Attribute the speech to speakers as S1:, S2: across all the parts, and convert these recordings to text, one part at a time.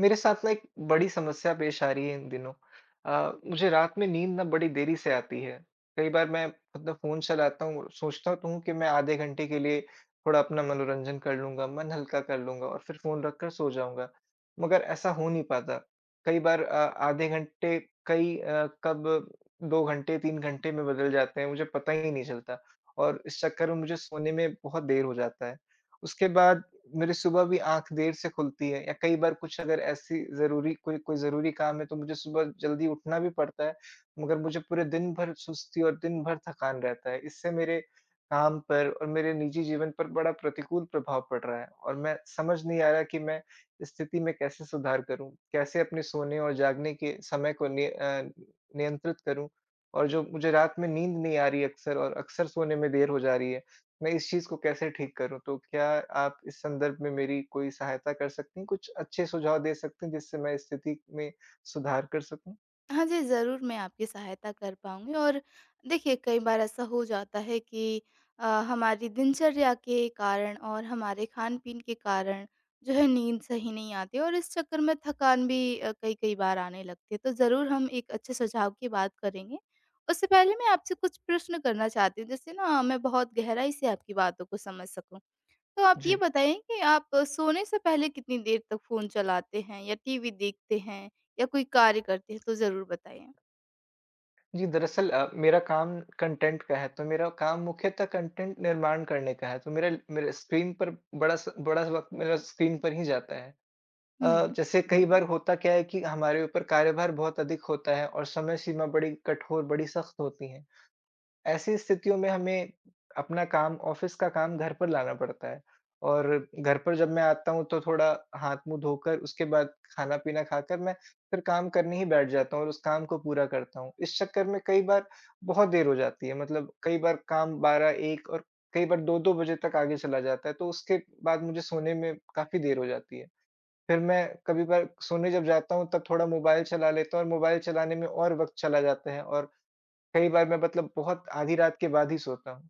S1: मेरे साथ ना एक बड़ी समस्या पेश आ रही है इन दिनों। मुझे रात में नींद ना बड़ी देरी से आती है। कई बार मैं अपना फ़ोन चलाता हूँ, सोचता तो हूँ कि मैं आधे घंटे के लिए थोड़ा अपना मनोरंजन कर लूँगा, मन हल्का कर लूँगा और फिर फ़ोन रखकर सो जाऊँगा। मगर ऐसा हो नहीं पाता। कई बार आधे घंटे कई कब 2 घंटे, 3 घंटे में बदल जाते हैं, मुझे पता ही नहीं चलता और इस चक्कर में मुझे सोने में बहुत देर हो जाता है। उसके बाद मेरी सुबह भी आँख देर से खुलती है या कई बार कुछ अगर ऐसी ज़रूरी कोई कोई ज़रूरी काम है तो मुझे सुबह जल्दी उठना भी पड़ता है, मगर मुझे पूरे दिन भर सुस्ती और दिन भर थकान रहता है। इससे मेरे काम पर और मेरे निजी जीवन पर बड़ा प्रतिकूल प्रभाव पड़ रहा है और मैं समझ नहीं आ रहा कि मैं इस स्थिति में कैसे सुधार करूँ? कैसे अपने सोने और जागने के समय को नियंत्रित करूँ? और जो मुझे रात में नींद नहीं आ रही अक्सर और अक्सर सोने में देर हो जा रही है। मैं इस चीज़ को कैसे ठीक करूँ? तो क्या आप इस संदर्भ में मेरी कोई सहायता कर सकती हैं? कुछ अच्छे सुझाव दे सकती हैं जिससे मैं इस स्थिति में सुधार कर सकूँ?
S2: हाँ जी, ज़रूर मैं आपकी सहायता कर पाऊँगी। और देखिए, कई बार ऐसा हो जाता है कि हमारी दिनचर्या के कारण और हमारे खान-पीन के कारण जो है नींद सही नहीं आती और इस चक्कर में थकान भी कई-कई बार आने लगती है। तो ज़रूर हम एक अच्छे सुझाव की बात करेंगे। उससे पहले मैं आपसे कुछ प्रश्न करना चाहती हूँ जिससे ना मैं बहुत गहराई से आपकी बातों को समझ सकूँ। तो आप ये
S1: जी।
S2: बताइए कि आप सोने से पहले कितनी देर तक फ़ोन चलाते हैं या टीवी देखते हैं या कोई कार्य करते हैं? तो ज़रूर बताइए।
S1: जी, दरअसल मेरा काम कंटेंट का है, तो मेरा काम मुख्यतः कंटेंट निर्माण करने का है, तो मेरा मेरा स्क्रीन पर बड़ा वक़्त मेरा स्क्रीन पर ही जाता है।
S2: हुँ।
S1: जैसे कई बार होता क्या है कि हमारे ऊपर कार्यभार बहुत अधिक होता है और समय सीमा बड़ी कठोर, बड़ी सख्त होती है। ऐसी स्थितियों में हमें अपना काम ऑफिस का काम घर पर लाना पड़ता है और घर पर जब मैं आता हूँ तो थोड़ा हाथ-मुँह धोकर उसके बाद खाना-पीना खाकर मैं फिर काम करने ही बैठ जाता हूँ और उस काम को पूरा करता हूँ। इस चक्कर में कई बार बहुत देर हो जाती है, मतलब कई बार काम 12-1 और कई बार 2-2 बजे तक आगे चला जाता है, तो उसके बाद मुझे सोने में काफ़ी देर हो जाती है। फिर मैं कभी-कभार सोने जब जाता हूँ तब थोड़ा मोबाइल चला लेता हूँ और मोबाइल चलाने में और वक़्त चला जाता है और कई बार मैं मतलब बहुत आधी रात के बाद ही सोता हूँ।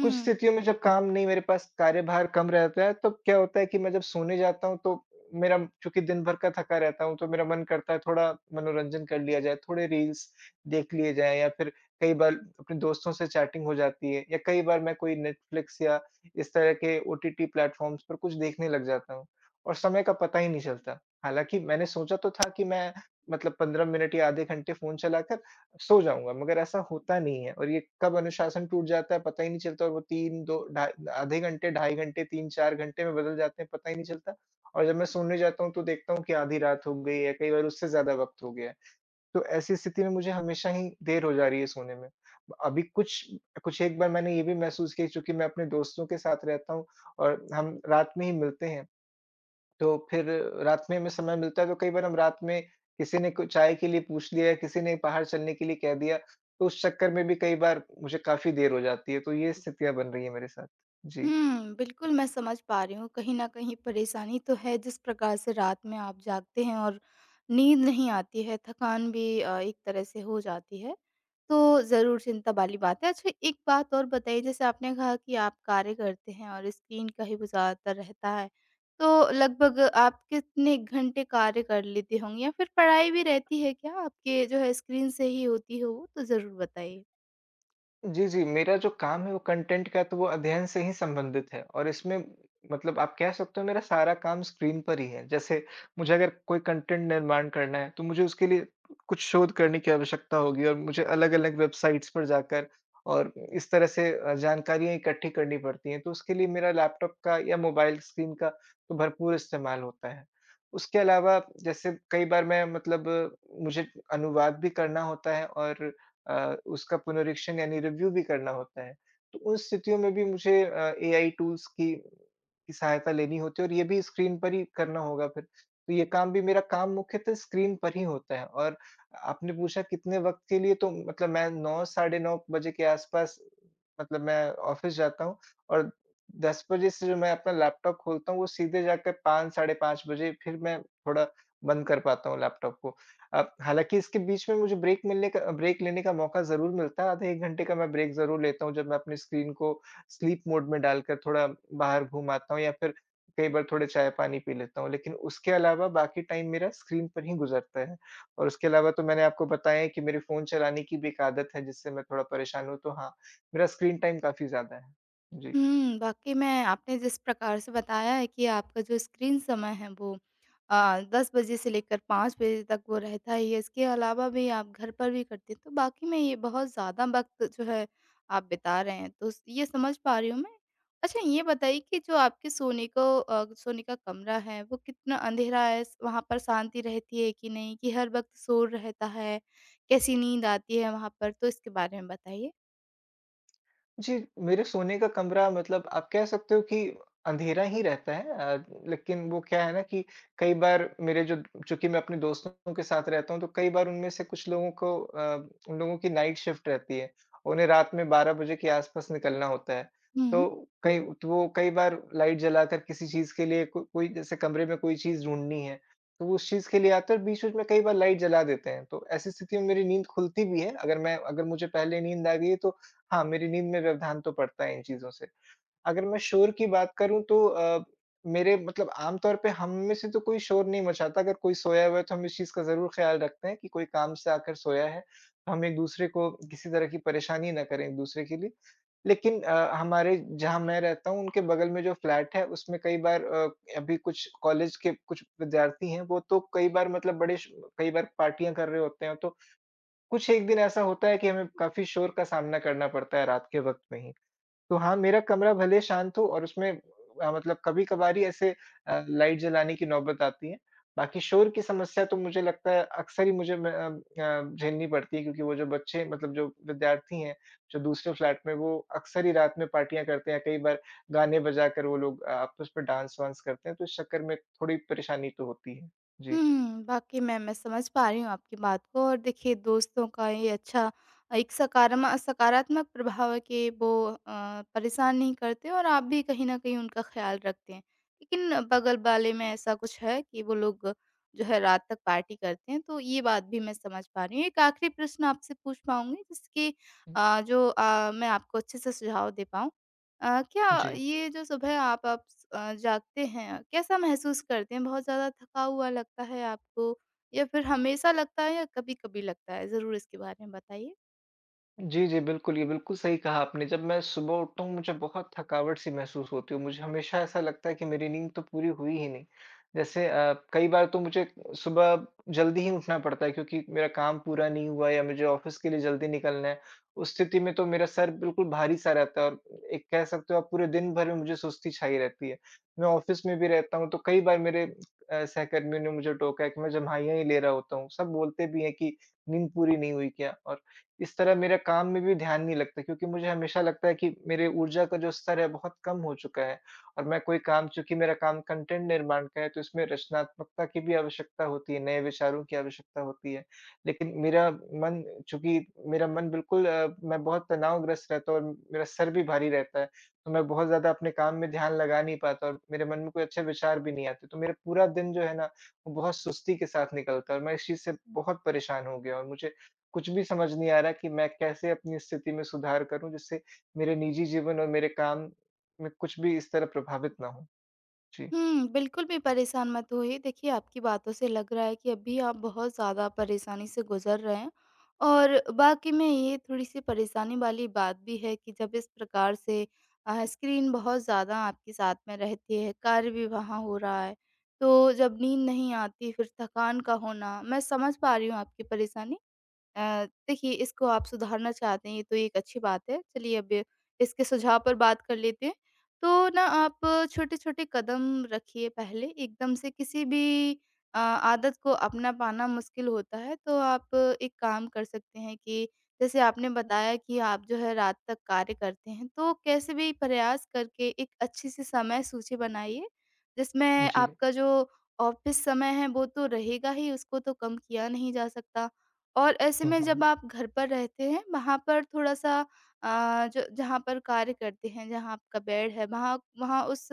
S1: कुछ स्थितियों में जब काम नहीं, मेरे पास कार्यभार कम रहता है, तो क्या होता है कि मैं जब सोने जाता हूँ तो मेरा, चूँकि दिन भर का थका रहता हूँ, तो मेरा मन करता है थोड़ा मनोरंजन कर लिया जाए, थोड़े रील्स देख लिए जाएँ या फिर कई बार अपने दोस्तों से चैटिंग हो जाती है या कई बार मैं कोई नेटफ्लिक्स या इस तरह के ओटीटी प्लेटफ़ॉर्म्स पर कुछ देखने लग जाता हूँ और समय का पता ही नहीं चलता। हालाँकि मैंने सोचा तो था कि मैं मतलब 15 मिनट या आधे घंटे फ़ोन चलाकर सो जाऊँगा, मगर ऐसा होता नहीं है और ये कब अनुशासन टूट जाता है पता ही नहीं चलता और वो 3 2 ढाई आधे घंटे, ढाई घंटे, 3-4 घंटे में बदल जाते हैं, पता ही नहीं चलता और जब मैं सोने जाता हूँ तो देखता हूँ कि आधी रात हो गई है, कई बार उससे ज़्यादा वक़्त हो गया है। तो ऐसी स्थिति में मुझे हमेशा ही देर हो जा रही है सोने में। अभी कुछ कुछ एक बार मैंने ये भी महसूस किया, चूँकि मैं अपने दोस्तों के साथ रहता हूँ और हम रात में ही मिलते हैं, तो फिर रात में हमें समय मिलता है तो कई बार हम रात में किसी ने को चाय के लिए पूछ लिया, किसी ने बाहर चलने के लिए कह दिया, तो उस चक्कर में भी कई बार मुझे काफ़ी देर हो जाती है, तो ये स्थितियाँ बन रही हैं मेरे साथ। जी।
S2: हुँ, बिल्कुल मैं समझ पा रही हूँ। कहीं न कहीं परेशानी तो है। जिस प्रकार से रात में आप जागते हैं और नींद नहीं आती है, थकान भी एक तरह से हो जाती है, तो ज़रूर चिंता वाली बात है। अच्छा, एक बात और बताइए। जैसे आपने कहा कि आप कार्य करते हैं और स्क्रीन का ही वो ज़्यादातर रहता है, तो लगभग आप कितने घंटे कार्य कर लेते होंगे? या फिर पढ़ाई भी रहती है क्या आपके, जो है स्क्रीन से ही होती हो वो? तो ज़रूर बताइए।
S1: जी, जी। मेरा जो काम है वो कंटेंट का, तो वो अध्ययन से ही संबंधित है और इसमें, मतलब आप कह सकते हो, मेरा सारा काम स्क्रीन पर ही है। जैसे मुझे अगर कोई कंटेंट निर्माण करना है तो मुझे उसके लिए कुछ शोध करने की आवश्यकता होगी और मुझे अलग-अलग वेबसाइट्स पर जाकर और इस तरह से जानकारियाँ इकट्ठी करनी पड़ती हैं। तो उसके लिए मेरा लैपटॉप का या मोबाइल स्क्रीन का तो भरपूर इस्तेमाल होता है। उसके अलावा जैसे कई बार मैं मतलब मुझे अनुवाद भी करना होता है और उसका पुनरीक्षण यानी रिव्यू भी करना होता है। तो उन स्थितियों में भी मुझे एआई टूल्स की सहायता लेनी होती है और ये भी स्क्रीन पर ही करना होगा फिर। तो ये काम भी, मेरा काम मुख्यतः स्क्रीन पर ही होता है और आपने पूछा कितने वक़्त के लिए, तो मतलब मैं 9 साढ़े 9 बजे के आस-पास, मतलब मैं ऑफ़िस जाता हूँ और 10 बजे से जो मैं अपना लैपटॉप खोलता हूँ वो सीधे जाकर 5 साढ़े 5 बजे फिर मैं थोड़ा बंद कर पाता हूँ लैपटॉप को। हालाँकि इसके बीच में मुझे ब्रेक लेने का मौका ज़रूर मिलता है, आधे 1 घंटे का मैं ब्रेक ज़रूर लेता हूँ, जब मैं अपनी स्क्रीन को स्लीप मोड में डालकर थोड़ा बाहर घूम आता हूँ या फिर कई बार थोड़े चाय-पानी पी लेता हूँ। लेकिन उसके अलावा बाकी टाइम मेरा स्क्रीन पर ही गुज़रता है और उसके अलावा, तो मैंने आपको बताया है कि मेरे फ़ोन चलाने की भी एक आदत है, जिससे मैं थोड़ा परेशान हूँ, तो हाँ, मेरा स्क्रीन टाइम काफ़ी ज़्यादा है। जी।
S2: हुँ, वाक़ई में आपने जिस प्रकार से बताया है कि आपका जो स्क्रीन समय है वो 10 बजे से लेकर 5 बजे तक वो रहता ही है, इसके अलावा भी आप घर पर भी करते हैं, तो वाक़ई में ये बहुत ज़्यादा वक़्त जो है आप बिता रहे हैं, तो स ये समझ पा रही हूँ मैं। अच्छा, ये बताइए कि जो आपके सोने को सोने का कमरा है वो कितना अँधेरा है? स वहाँ पर शांति रहती है कि नहीं? कि हर वक़्त शोर रहता है? कैसी नींद आती है वहाँ पर? तो इसके बारे में बताइए।
S1: जी, मेरे सोने का कमरा, मतलब आप कह सकते हो कि अंधेरा ही रहता है, लेकिन वो क्या है ना कि कई बार मेरे जो चूँकि मैं अपने दोस्तों के साथ रहता हूँ, तो कई बार उनमें से कुछ लोगों को, उन लोगों की नाइट शिफ्ट रहती है। उन्हें रात में 12 बजे के आस-पास निकलना होता है।
S2: हुँ, हुँ।
S1: तो कई, तो वो कई बार लाइट जलाकर किसी चीज़ के लिए को कोई, जैसे कमरे में कोई चीज़ ढूँढनी है, तो वो उस चीज़ के लिए आते हैं और बीच-बीच में कई बार लाइट जला देते हैं। तो ऐसी स्थिति में मेरी नींद खुलती भी है, अगर मुझे पहले नींद आ गई है तो। हाँ, मेरी नींद में व्यवधान तो पड़ता है इन चीज़ों से। अगर मैं शोर की बात करूँ तो मेरे, मतलब आम तौर पे हम में से तो कोई शोर नहीं मचाता, अगर कोई सोया हुआ है तो हम इस चीज़ का ज़रूर ख़्याल रखते हैं कि कोई काम से आकर सोया है, तो हम एक-दूसरे को किसी तरह की परेशानी ना करें एक-दूसरे के लिए। लेकिन हमारे, जहाँ मैं रहता हूँ उनके बगल में जो फ्लैट है उसमें कई बार, अभी कुछ कॉलेज के कुछ विद्यार्थी हैं, वो तो कई बार मतलब बड़े श कई बार पार्टियाँ कर रहे होते हैं, तो कुछ एक दिन ऐसा होता है कि हमें काफ़ी शोर का सामना करना पड़ता है रात के वक़्त में ही। तो हाँ, मेरा कमरा भले शांत हो और उसमें मतलब कभी-कभार ही ऐसे लाइट जलाने की नौबत आती है। बाकी शोर की समस्या तो मुझे लगता है अक्सर ही मुझे झेलनी पड़ती है क्योंकि वो जो बच्चे, मतलब जो विद्यार्थी हैं, जो दूसरे फ्लैट में, वो अक्सर ही रात में पार्टियाँ करते हैं। कई बार गाने बजाकर वो लोग आपस में डांस वांस करते हैं, तो इस चक्कर में थोड़ी परेशानी तो होती है। जी।
S2: हुँ, वाक़ई में मैं समझ पा रही हूँ आपकी बात को। और देखिए, दोस्तों का ये अच्छा एक सकारमा सकारात्मक प्रभाव है कि वो परेशान नहीं करते और आप भी कहीं न कहीं उनका ख़्याल रखते हैं। लेकिन बगल वाले में ऐसा कुछ है कि वो लोग जो है रात तक पार्टी करते हैं, तो ये बात भी मैं समझ पा रही हूँ। एक आख़िरी प्रश्न आपसे पूछ पाऊँगी जिसकी
S1: हुँ।
S2: मैं आपको अच्छे से सुझाव दे पाऊँ। अ, क्या
S1: जी।
S2: ये जो सुबह आप आप जागते हैं, कैसा महसूस करते हैं? बहुत ज़्यादा थका हुआ लगता है आपको या फिर हमेशा लगता है या कभी-कभी लगता है? ज़रूर इसके बारे में बताइए।
S1: जी, जी, बिल्कुल, ये बिल्कुल सही कहा आपने। जब मैं सुबह उठता हूँ, मुझे बहुत थकावट-सी महसूस होती है। मुझे हमेशा ऐसा लगता है कि मेरी नींद तो पूरी हुई ही नहीं। जैसे कई बार तो मुझे सुबह जल्दी ही उठना पड़ता है क्योंकि मेरा काम पूरा नहीं हुआ है या मुझे ऑफ़िस के लिए जल्दी निकलना है। उस स्थिति में तो मेरा सर बिल्कुल भारी-सा रहता है और, एक कह सकते हो आप, पूरे दिन भर में मुझे सुस्ती छाई रहती है। मैं ऑफ़िस में भी रहता हूँ तो कई बार मेरे सहकर्मियों ने मुझे टोका है कि मैं जम्हाइयाँ ही ले रहा होता हूँ। सब बोलते भी हैं कि नींद पूरी नहीं हुई क्या? और इस तरह मेरा काम में भी ध्यान नहीं लगता क्योंकि मुझे हमेशा लगता है कि मेरे ऊर्जा का जो स्तर है बहुत कम हो चुका है और मैं कोई काम, चूँकि मेरा काम कंटेंट निर्माण का है, तो इसमें रचनात्मकता की भी आवश्यकता होती है, नए विचारों की आवश्यकता होती है। लेकिन मेरा मन, चूँकि मेरा मन बिल्कुल, मैं बहुत तनावग्रस्त रहता हूँ और मेरा सर भी भारी रहता है, तो मैं बहुत ज़्यादा अपने काम में ध्यान लगा नहीं पाता और मेरे मन में कोई अच्छे विचार भी नहीं आते। तो मेरा पूरा दिन जो है ना, वो बहुत सुस्ती के साथ निकलता है और मैं इस चीज़ से बहुत परेशान हो गया हूँ और मुझे कुछ भी समझ नहीं आ रहा कि मैं कैसे अपनी स्थिति में सुधार करूँ जिससे मेरे निजी जीवन और मेरे काम में कुछ भी इस तरह प्रभावित ना हो? जी।
S2: हुँ, बिल्कुल भी परेशान मत होइए। देखिए, आपकी बातों से लग रहा है कि अभी आप बहुत ज़्यादा परेशानी से गुज़र रहे हैं और वाक़ई में ये थोड़ी-सी परेशानी वाली बात भी है कि जब इस प्रकार से स्क्रीन बहुत ज़्यादा आपके साथ में रहती है, कार्य भी वहाँ हो रहा है, तो जब नींद नहीं आती, फिर थकान का होना, मैं समझ पा रही हूँ आपकी परेशानी। देखिए, इसको आप सुधारना चाहते हैं ये तो एक अच्छी बात है। चलिए, अब इसके सुझाव पर बात कर लेते हैं। तो ना आप छोटे-छोटे कदम रखिए। पहले एकदम से किसी भी आदत को अपना पाना मुश्किल होता है, तो आप एक काम कर सकते हैं कि जैसे आपने बताया कि आप जो है रात तक कार्य करते हैं, तो कैसे भी प्रयास करके एक अच्छी सी समय सूची बनाइए। जिसमें
S1: जी।
S2: आपका जो ऑफ़िस समय है वो तो रहेगा ही, उसको तो कम किया नहीं जा सकता। और ऐसे
S1: हुँ,
S2: में जब
S1: हुँ।
S2: आप घर पर रहते हैं, वहाँ पर थोड़ा-सा अ, जो जहाँ पर कार्य करते हैं, जहाँ आपका बेड है, वहाँ वहाँ उस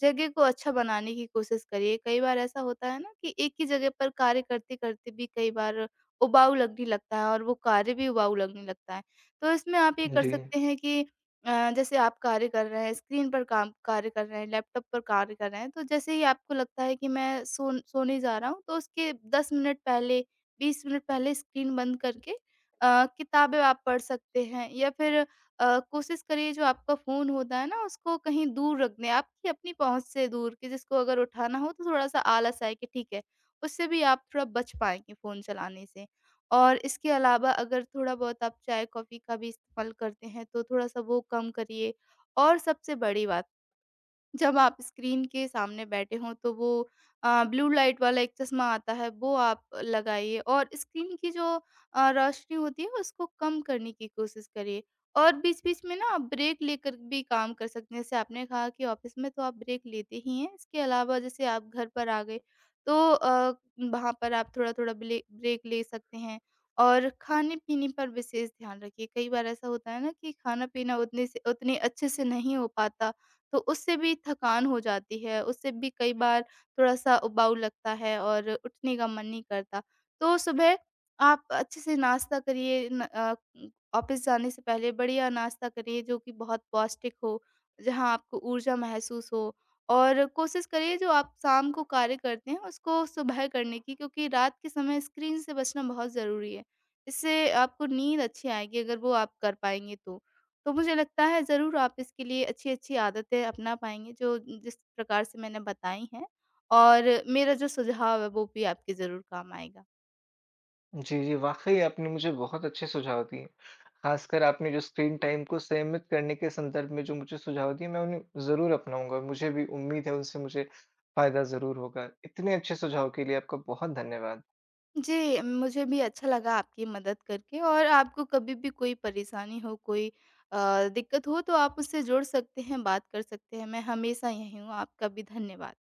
S2: जगह को अच्छा बनाने की कोशिश करिए। कई बार ऐसा होता है ना कि एक ही जगह पर कार्य करते-करते भी कई बार उबाऊ लगने लगता है और वो कार्य भी उबाऊ लगने लगता है। तो इसमें आप ये कर
S1: जी।
S2: सकते हैं कि जैसे आप कार्य कर रहे हैं, स्क्रीन पर काम कार्य कर रहे हैं, लैपटॉप पर कार्य कर रहे हैं, तो जैसे ही आपको लगता है कि मैं सोने जा रहा हूँ, तो उसके 10 मिनट पहले, 20 मिनट पहले स्क्रीन बंद करके किताबें आप पढ़ सकते हैं। या फिर कोशिश करिए जो आपका फ़ोन होता है ना उसको कहीं दूर रख दें, आपकी अपनी पहुँच से दूर, कि जिसको अगर उठाना हो तो थोड़ा-सा आलस आए कि ठीक है, उससे भी आप थोड़ा बच पाएँगे फ़ोन चलाने से। और इसके अलावा अगर थोड़ा-बहुत आप चाय-कॉफ़ी का भी इस्तेमाल करते हैं, तो थोड़ा-सा वो कम करिए। और सबसे बड़ी बात, जब आप स्क्रीन के सामने बैठे हों तो वो ब्लू लाइट वाला एक चश्मा आता है वो आप लगाइए, और स्क्रीन की जो रोशनी होती है उसको कम करने की कोशिश करिए। और बीच-बीच में ना आप ब्रेक लेकर भी काम कर सकते हैं। जैसे आपने कहा कि ऑफिस में तो आप ब्रेक लेते ही हैं, इसके अलावा जैसे आप घर पर आ गए तो वहाँ पर आप थोड़ा-थोड़ा ब्ले ब्रेक ले सकते हैं। और खाने-पीने पर विशेष ध्यान रखिए। कई बार ऐसा होता है ना कि खाना-पीना उतने से उतने अच्छे से नहीं हो पाता, तो उससे भी थकान हो जाती है, उससे भी कई बार थोड़ा-सा उबाऊ लगता है और उठने का मन नहीं करता। तो सुबह आप अच्छे से नाश्ता करिए न। ऑफ़िस जाने से पहले बढ़िया नाश्ता करिए जो कि बहुत पौष्टिक हो, जहाँ आपको ऊर्जा महसूस हो। और कोशिश करिए जो आप शाम को कार्य करते हैं उसको सुबह करने की, क्योंकि रात के समय स्क्रीन से बचना बहुत ज़रूरी है। इससे आपको नींद अच्छी आएगी अगर वो आप कर पाएँगे तो। तो मुझे लगता है ज़रूर आप इसके लिए अच्छी-अच्छी आदतें अपना पाएँगे जो जिस प्रकार से मैंने बताई हैं, और मेरा जो सुझाव है वो भी आपके ज़रूर काम आएगा।
S1: जी, जी, वाक़ई आपने मुझे बहुत अच्छे सुझाव दिए। ख़ासकर आपने जो स्क्रीन टाइम को सीमित करने के संदर्भ में जो मुझे सुझाव दिए, मैं उन्हें ज़रूर अपनाऊँगा। मुझे भी उम्मीद है उनसे मुझे फ़ायदा ज़रूर होगा। इतने अच्छे सुझाव के लिए आपका बहुत धन्यवाद।
S2: जी, मुझे भी अच्छा लगा आपकी मदद करके। और आपको कभी भी कोई परेशानी हो, कोई दिक्कत हो, तो आप मुझसे जुड़ सकते हैं, बात कर सकते हैं। मैं हमेशा यहीं हूँ। आपका भी धन्यवाद।